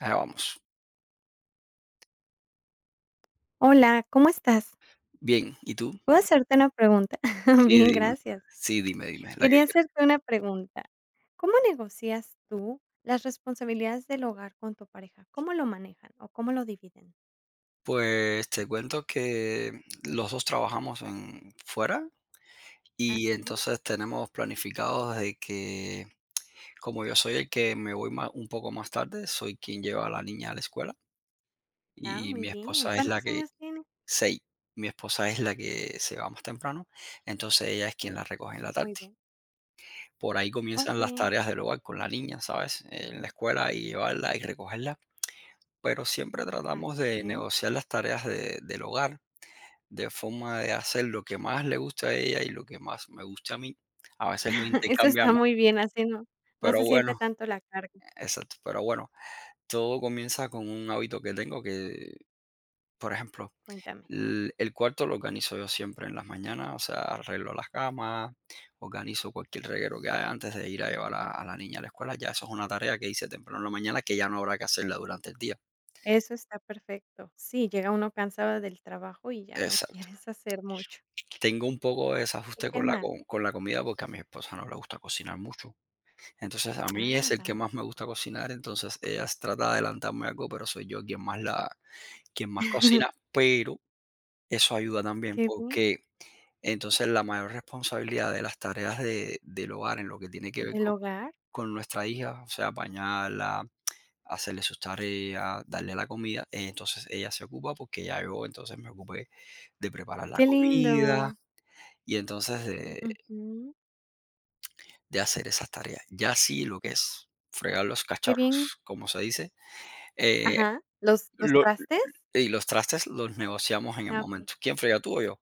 Allá vamos. Hola, ¿cómo estás? Bien, ¿y tú? ¿Puedo hacerte una pregunta? Sí, Bien, dime. gracias. Sí, dime, dime, la que Quería quieras. hacerte una pregunta. ¿Cómo negocias tú las responsabilidades del hogar con tu pareja? ¿Cómo lo manejan o cómo lo dividen? Pues te cuento que los 2 trabajamos en fuera ¿Ah, y sí? entonces tenemos planificados de que, como yo soy el que me voy ma un poco más tarde, soy quien lleva a la niña a la escuela Ah, y muy mi bien. esposa es la ¿Cuántos que años tienes? 6, mi esposa es la que se va más temprano, entonces ella es quien Ok, la recoge en la tarde. muy bien. Por ahí Oh, comienzan qué las bien. tareas del hogar con la niña, ¿sabes? En la escuela y llevarla y recogerla. Pero siempre tratamos Así de es. negociar las tareas del hogar, de forma de hacer lo que más le gusta a ella y lo que más me gusta a mí. A veces lo Eso está intercambiamos, muy bien, así no, no pero se siente bueno, tanto la carga. exacto, pero bueno, todo comienza con un hábito que tengo que, por ejemplo, Cuéntame. El cuarto lo organizo yo siempre en las mañanas, o sea, arreglo las camas, organizo cualquier reguero que haya antes de ir a llevar a la niña a la escuela. Ya eso es una tarea que hice temprano en la mañana que ya no habrá que hacerla durante el día. Eso está perfecto. Sí, llega uno cansado del trabajo y ya no Exacto. quieres hacer mucho. Tengo un poco de ¿Y desajuste qué con la más? co con la comida, porque a mi esposa no le gusta cocinar mucho. Entonces, a mí Ah, es el que vale. más me gusta cocinar, entonces, ella trata de adelantarme algo, pero soy yo quien más la quien más cocina, pero eso ayuda también, Qué bien, porque entonces la mayor responsabilidad de las tareas de del hogar en lo que tiene que ver del hogar, con nuestra hija, o sea, bañarla, hacerle sus tareas, darle la comida, entonces ella se ocupa porque ya yo entonces me ocupé de preparar la qué comida lindo. y entonces Ujú, de hacer esas tareas. Ya sí, lo que es fregar los qué bien. cacharros, como se dice, eh, Ajá, ¿los lo trastes? y los trastes los negociamos en el Ah, okey. momento. ¿Quién frega, tú o yo?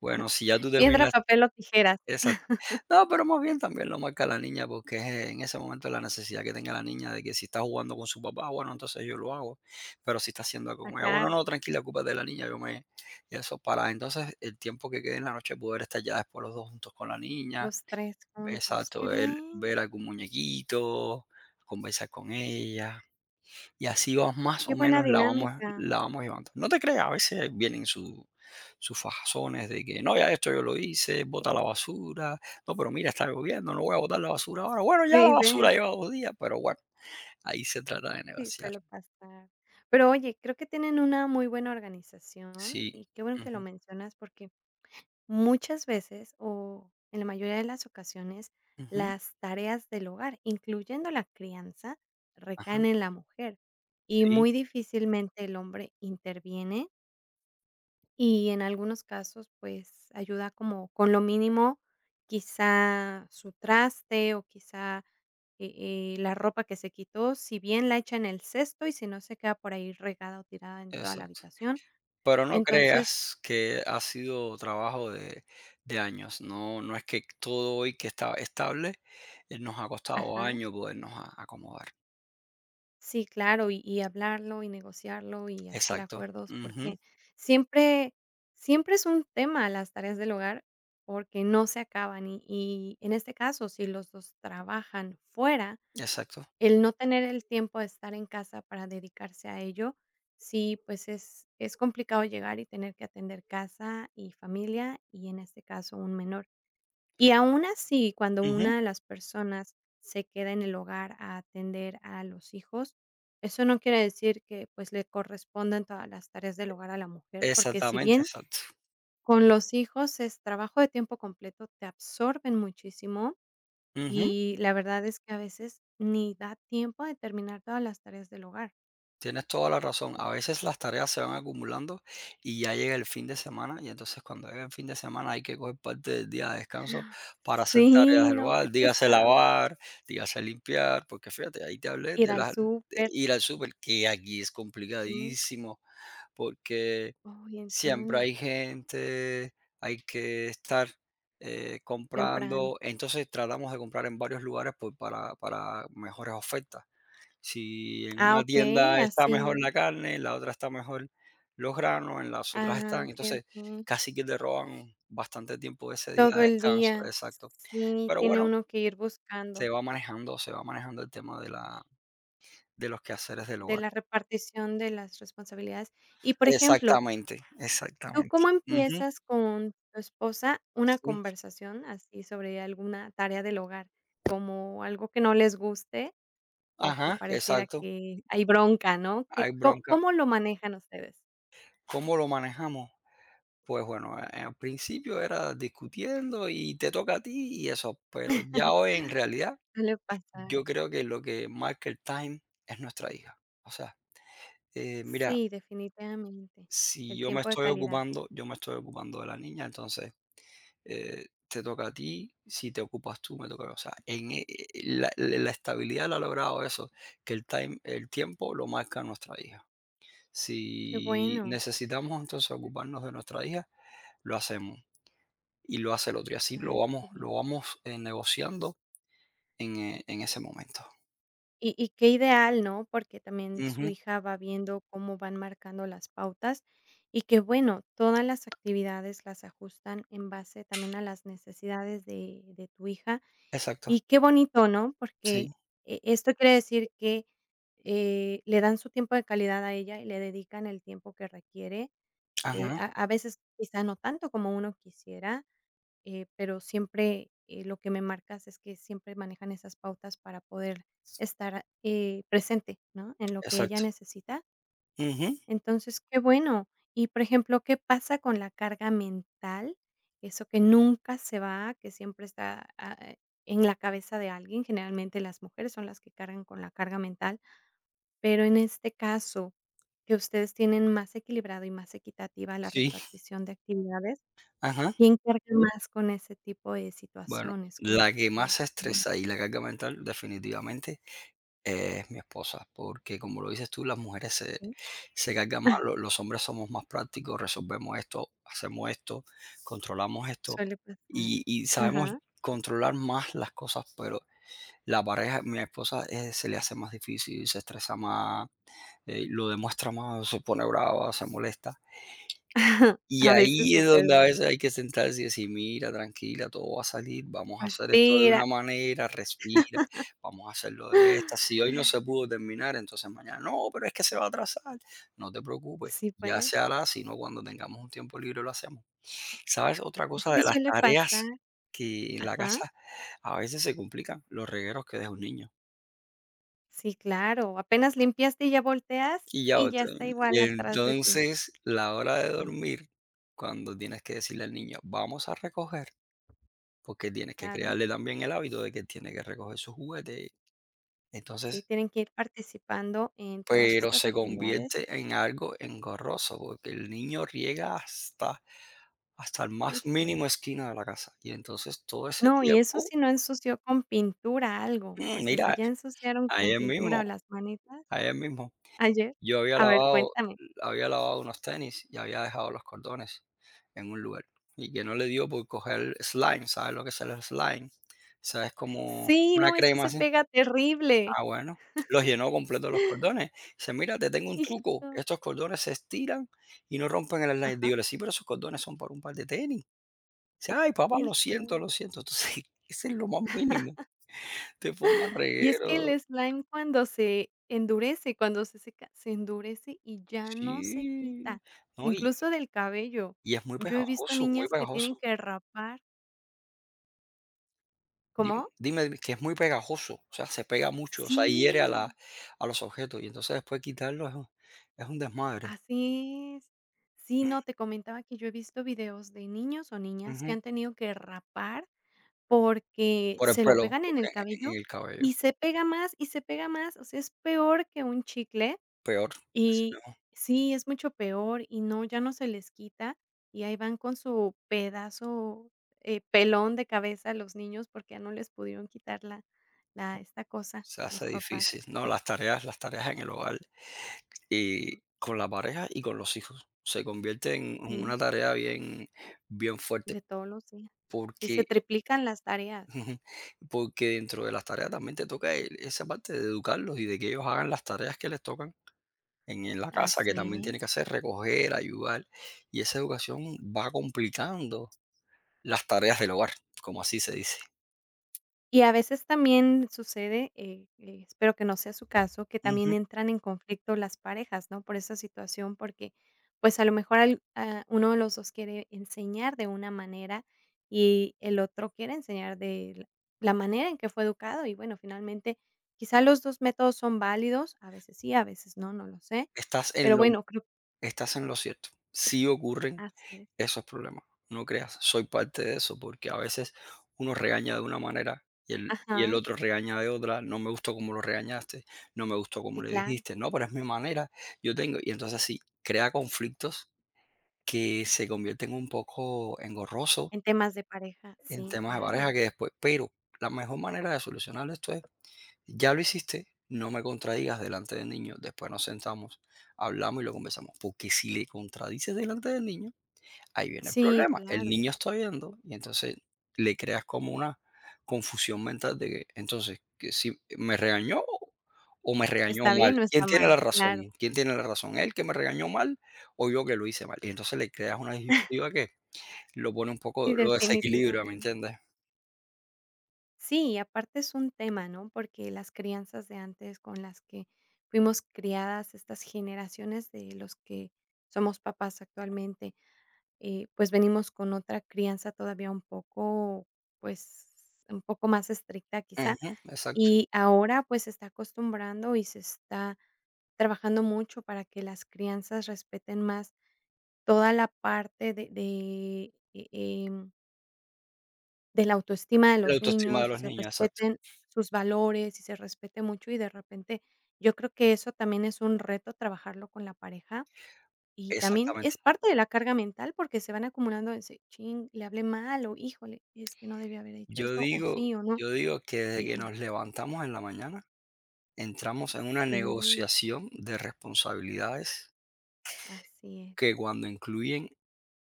Bueno, si ya tú Piedra, terminas papel o tijeras. exacto. No, pero más bien también lo marca la niña, porque es en ese momento la necesidad que tenga la niña de que si está jugando con su papá, bueno, entonces yo lo hago, pero si está haciendo algo Ah, con ella, bueno, claro, no, tranquila, ocúpate de la niña, yo me y eso para entonces el tiempo que quede en la noche poder estar ya después los 2 juntos con la niña, los tres juntos, exacto, qué ver bien, algún muñequito, conversar con ella, y así vamos más o qué buena menos dinámica. la vamos llevando. No te creas, a veces vienen su sus fajazones de que: "No, ya esto yo lo hice, bota la basura, no, pero mira, está lloviendo, no voy a botar la basura ahora". Bueno, ya la Sí, basura ¿ves? lleva 2 días, pero bueno, ahí se trata de Sí, negociar. suele pasar. Pero oye, creo que tienen una muy buena organización Sí. y qué bueno que lo Ujú, mencionas porque muchas veces, o en la mayoría de las ocasiones, ujú, las tareas del hogar, incluyendo la crianza, ajá, recaen en la mujer y sí, muy difícilmente el hombre interviene y en algunos casos, pues, ayuda como con lo mínimo, quizá su traste o quizá, la ropa que se quitó, si bien la echa en el cesto y si no se queda por ahí regada o tirada en toda la exacto. habitación. Pero no Entonces creas que ha sido trabajo de años. No, no es que todo hoy que está estable, nos ha costado ajá. años podernos acomodar. Sí, claro, y hablarlo, y negociarlo, y hacer Exacto. acuerdos, Ujú. porque siempre siempre es un tema las tareas del hogar, porque no se acaban, y en este caso, si los 2 trabajan fuera, Exacto. el no tener el tiempo de estar en casa para dedicarse a ello, sí, pues, es complicado llegar y tener que atender casa y familia, y en este caso, un menor. Y aún así, cuando Ujú. una de las personas se queda en el hogar a atender a los hijos, eso no quiere decir que, pues, le correspondan todas las tareas del hogar a la mujer, porque si Exactamente, bien exacto. con los hijos es trabajo de tiempo completo, te absorben muchísimo Ujú. y la verdad es que a veces ni da tiempo de terminar todas las tareas del hogar. Tienes toda la razón. A veces las tareas se van acumulando y ya llega el fin de semana y entonces cuando llega el fin de semana hay que coger parte del día de descanso para hacer, sí, tareas Sí, del no, qué hogar, dígase pesado. lavar, dígase limpiar, porque fíjate, ahí te hablé Ir de al las de súper, ir al súper, que aquí es sí. complicadísimo porque Uy, siempre entiendo, hay gente, hay que estar temprano. comprando, entonces tratamos de comprar en varios lugares pues, para mejores ofertas. Si en Ah, una okey, tienda está mejor así. la carne, en la otra está mejor los granos, en las otras Ah, están okey, entonces, okey. casi que te roban bastante tiempo ese día Todo de el descanso, día. exacto. Sí, Pero tiene bueno, uno que ir buscando se va manejando el tema de los quehaceres del de hogar. la repartición de las responsabilidades. Y, por ejemplo, Exactamente, ¿tú cómo exactamente. Ujú, empiezas con tu esposa una sí. conversación así sobre alguna tarea del hogar? Como algo que no les guste o que Ajá, pareciera exacto, que hay bronca, ¿no? Que, hay ¿có bronca. cómo lo manejan ustedes? ¿Cómo lo manejamos? Pues bueno, al principio era discutiendo y te toca a ti y eso, pero ya hoy en realidad Suele pasar. yo creo que lo que marca el time es nuestra hija. O sea, mira, Sí, definitivamente. si El tiempo de calidad. Yo me estoy ocupando de la niña, entonces te toca a ti, si te ocupas tú, me toca a mí. O sea, en, la estabilidad la ha logrado eso, que el time, el tiempo lo marca nuestra hija. Qué Si bueno. necesitamos entonces ocuparnos de nuestra hija, lo hacemos y lo hace el otro. Y así Ay, qué bien. lo vamos negociando en ese momento. Y qué ideal, ¿no? Porque también su Ujú. hija va viendo cómo van marcando las pautas y que, bueno, todas las actividades las ajustan en base también a las necesidades de tu hija. Exacto, Y qué bonito, ¿no? sí. Porque e esto quiere decir que, le dan su tiempo de calidad a ella y le dedican el tiempo que requiere, Ajá, a veces quizá no tanto como uno quisiera, pero siempre lo que me marcas es que siempre manejan esas pautas para poder estar presente, ¿no? En lo que ella exacto. necesita. Ujú, Entonces, qué bueno. Y, por ejemplo, ¿qué pasa con la carga mental? Eso que nunca se va, que siempre está en la cabeza de alguien. Generalmente las mujeres son las que cargan con la carga mental, pero en este caso, que ustedes tienen más equilibrado y más equitativa la sí, repartición de actividades, ajá. ¿quién carga más con ese tipo de Bueno, situaciones? Con la que más se los ¿sí? estresa y la carga mental definitivamente es mi esposa, porque como lo dices tú, las mujeres se cargan más, Ah, los hombres somos más prácticos, resolvemos esto, hacemos esto, controlamos esto suele pasar. Y sabemos Ajá. controlar más las cosas, pero la pareja, mi esposa se le hace más difícil, se estresa más, lo demuestra más, se pone brava, se molesta. Y A veces ahí es donde sucede, a ¿verdad? veces hay que sentarse y decir: "Mira, tranquila, todo va a salir, vamos a hacer esto de una Respira. manera, respira, vamos a hacerlo de esta. Si hoy no se pudo terminar, entonces mañana, no, pero es que se va a atrasar. No te preocupes, Sí, ya pues, se hará, sino cuando tengamos un tiempo libre lo hacemos". ¿Sabes? Otra es cosa de que las suele pasar. tareas que en la Ajá. casa a veces se complican, los regueros que deja un niño. Sí, claro. Apenas limpiaste y ya volteas Y ya, y ya está y igual atrás de ti. entonces la hora de Sí, dormir, cuando tienes que decirle al niño: "Vamos a recoger", porque tienes que claro. crearle también el hábito de que tiene que recoger sus juguetes. Sí, Entonces, tienen que ir participando en ok, todas pero estas se actividades. convierte en algo engorroso, porque el niño riega hasta el más Híjole. mínimo esquina de la casa. Y entonces todo ese No, y eso tiempo, si no ensució con pintura algo, mm, porque si mira, ya ensuciaron con ayer mismo, pintura las manitas ayer mismo, ayer, yo había a ver, lavado, cuéntame. había lavado unos tenis y había dejado los cordones en un lugar. Y que no le dio por coger slime, ¿sabes lo que es el slime? O sea, es como Sí, una no, eso crema se así. pega terrible. Ah, bueno. Los llenó completo los cordones. Dice: "Mira, te tengo un Hijo, truco. Estos cordones se estiran y no rompen el slide". ajá, Digo: "Sí, pero esos cordones son para un par de tenis". Dice: "Ay, papá, lo siento, hijo. lo siento". Entonces, ese es lo más mínimo. Te forma Y es que reguero. el slime cuando se endurece, cuando se seca, se endurece y ya no se Sí. quita, No, y incluso del cabello. y es muy Yo he visto pegajoso, muy niñas que tienen pegajoso. que rapar. Dime, ¿Cómo? dime, dime, que es muy pegajoso. O sea, se pega mucho, o sea, hiere Sí. a los objetos, y entonces después quitarlo es un desmadre. Así es. Sí, Mm, no, te comentaba que yo he visto videos de niños o niñas que ujú. han tenido que rapar porque Por el se lo pelo, pegan en porque el en cabello el cabello, y se pega más y se pega más, o sea, es peor que un chicle peor. y sí, es mucho peor y no, ya no se les quita y ahí van con su pedazo, pelón de cabeza los niños porque ya no les pudieron quitar la la esta cosa, Se los hace papás. difícil, ¿no? Las tareas en el hogar Mm, y con la pareja y con los hijos. Se convierte en sí, una tarea bien, bien fuerte de todos los días. Sí, se porque, triplican las tareas. porque dentro de las tareas también te toca esa parte de educarlos y de que ellos hagan las tareas que les tocan en la casa, que Así también tiene es. que hacer recoger, ayudar. Y esa educación va complicando las tareas del hogar, como así se dice. Y a veces también sucede, espero que no sea su caso, que también Ujú. entran en conflicto las parejas, ¿no? Por esa situación, porque pues a lo mejor al- a uno de los dos quiere enseñar de una manera y el otro quiere enseñar de la la manera en que fue educado. Y bueno, finalmente, quizá los dos métodos son válidos, a veces sí, a veces no, no lo sé. Estás en Pero lo bueno, creo Estás en lo cierto. Sí ocurren así es. esos problemas. No creas, soy parte de eso, porque a veces uno regaña de una manera y el Ajá, otro regaña de otra. No me gustó como lo regañaste, no me gustó como sí, le claro. dijiste, no, pero es mi manera, yo tengo. Y entonces sí, crea conflictos que se convierten un poco engorrosos En temas de pareja, en sí, temas de pareja claro. que después, pero la mejor manera de solucionar esto es ya lo hiciste, no me contradigas delante del niño, después nos sentamos, hablamos y lo conversamos, porque si le contradices delante del niño, ahí viene el Sí, problema. El claro. niño está viendo y entonces le creas como una confusión mental de que entonces, que si me regañó o me regañó Está mal, bien, no ¿quién está tiene mal, la razón? claro. ¿Quién tiene la razón? ¿Él que me regañó mal o yo que lo hice mal? Y entonces le creas una disyuntiva que lo pone un poco, Sí, lo desequilibra, ¿me definitivamente. entiendes? Sí, y aparte es un tema, ¿no? Porque las crianzas de antes con las que fuimos criadas, estas generaciones de los que somos papás actualmente, pues venimos con otra crianza todavía un poco, pues, un poco más estricta quizá, Ujú, exacto. y ahora, pues, se está acostumbrando y se está trabajando mucho para que las crianzas respeten más toda la parte de de la autoestima de La los autoestima de niños, y los se niños, exacto. respeten sus valores, y se respete mucho, y de repente, yo creo que eso también es un reto trabajarlo con la pareja, y también Exactamente. es parte de la carga mental, porque se van acumulando ese: ching le hablé mal", o "Híjole, es que no debía haber hecho Yo esto", o digo "Sí", o "No", yo digo que desde y que y nos levantamos en la mañana, entramos en una sí, negociación de responsabilidades así es, que cuando incluyen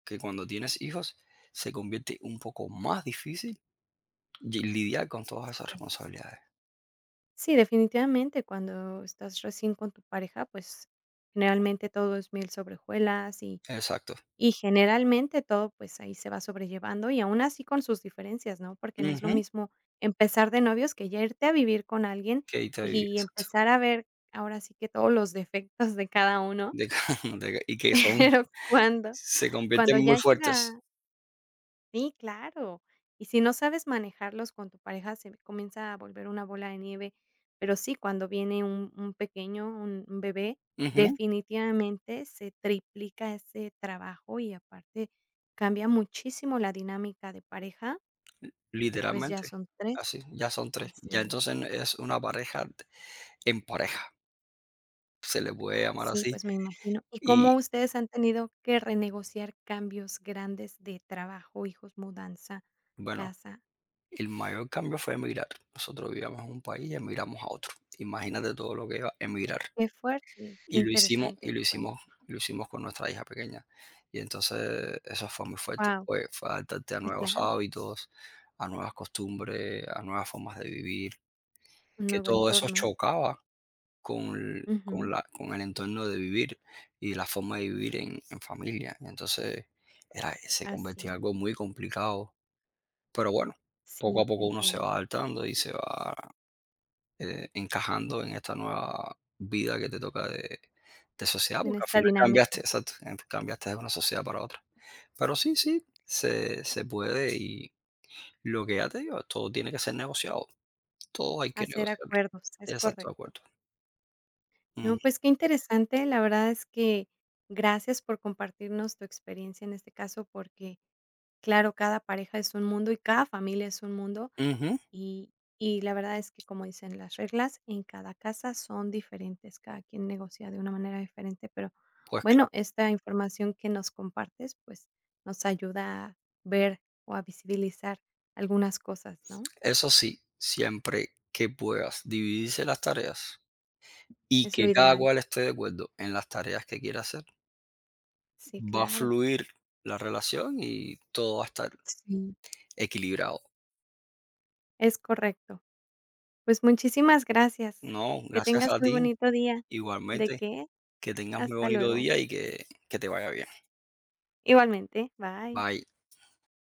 que cuando tienes hijos, se convierte un poco más difícil y lidiar con todas esas sí. responsabilidades. Sí, definitivamente, cuando estás recién con tu pareja, pues, generalmente todo es miel sobre hojuelas y Exacto. Y generalmente todo, pues, ahí se va sobrellevando y aún así con sus diferencias, ¿no? Porque no es lo Ujú. mismo empezar de novios que ya irte a vivir con alguien Que ahí te y exacto. empezar a ver ahora sí que todos los defectos de cada uno, De ca de ca- y que son pero cuando se cuando convierten muy ya fuertes. llega. Sí, claro. Y si no sabes manejarlos con tu pareja, se comienza a volver una bola de nieve. Pero sí, cuando viene un pequeño, un bebé, Ujú, definitivamente se triplica ese trabajo y aparte cambia muchísimo la dinámica de pareja, porque pues ya literalmente. son tres. Así, ya son tres. Ya Así es. entonces no- es una pareja en pareja, se le puede llamar Sí, así. pues me imagino. ¿Y Y cómo ustedes han tenido que renegociar cambios grandes de trabajo, hijos, mudanza, bueno, casa? el mayor cambio fue emigrar. Nosotros vivíamos en un país y emigramos a otro. Imagínate todo lo que iba a emigrar. Qué fuerte, qué Y lo hicimos, y interesante. lo Cuenta. hicimos, y lo hicimos con nuestra hija pequeña. Y entonces eso fue muy fuerte. Wow. Fue adaptarte a Y nuevos claro, hábitos, a nuevas costumbres, a nuevas formas de vivir. un Que nuevo todo eso entorno. chocaba Ujú, con el entorno de vivir y la forma de vivir en familia. Y entonces se convertía en así, algo muy complicado. Pero bueno, poco sí, a te poco uno se entiendo. va adaptando y se va encajando en esta nueva vida que te toca de sociedad, En porque al esta final cambiaste, dinámica, exacto, cambiaste de una sociedad para otra. Pero sí, sí, se puede y lo que ya te digo, todo tiene que ser negociado, todo hay que hacer negociarlo. acuerdos, es Exacto, de correcto. acuerdo. Ujú, No, pues qué interesante, la verdad es que gracias por compartirnos tu experiencia en este caso, porque claro, cada pareja es un mundo y cada familia es un mundo, ujú, Y y la verdad es que, como dicen, las reglas en cada casa son diferentes, cada quien negocia de una manera diferente, pero pues bueno, claro, esta información que nos compartes, pues, nos ayuda a ver o a visibilizar algunas cosas, ¿no? eso sí, siempre que puedas dividirse las tareas y Es lo que cada ideal. cual esté de acuerdo en las tareas que quiera hacer, Sí, va a claro. fluir la relación y todo va a estar Sí. equilibrado. Es correcto. Pues, muchísimas gracias. No, Que gracias tengas a muy ti. bonito día. ¿De Igualmente, qué? que tengas muy Hasta bonito luego. día y que te vaya bien. Igualmente. Bye. Bye.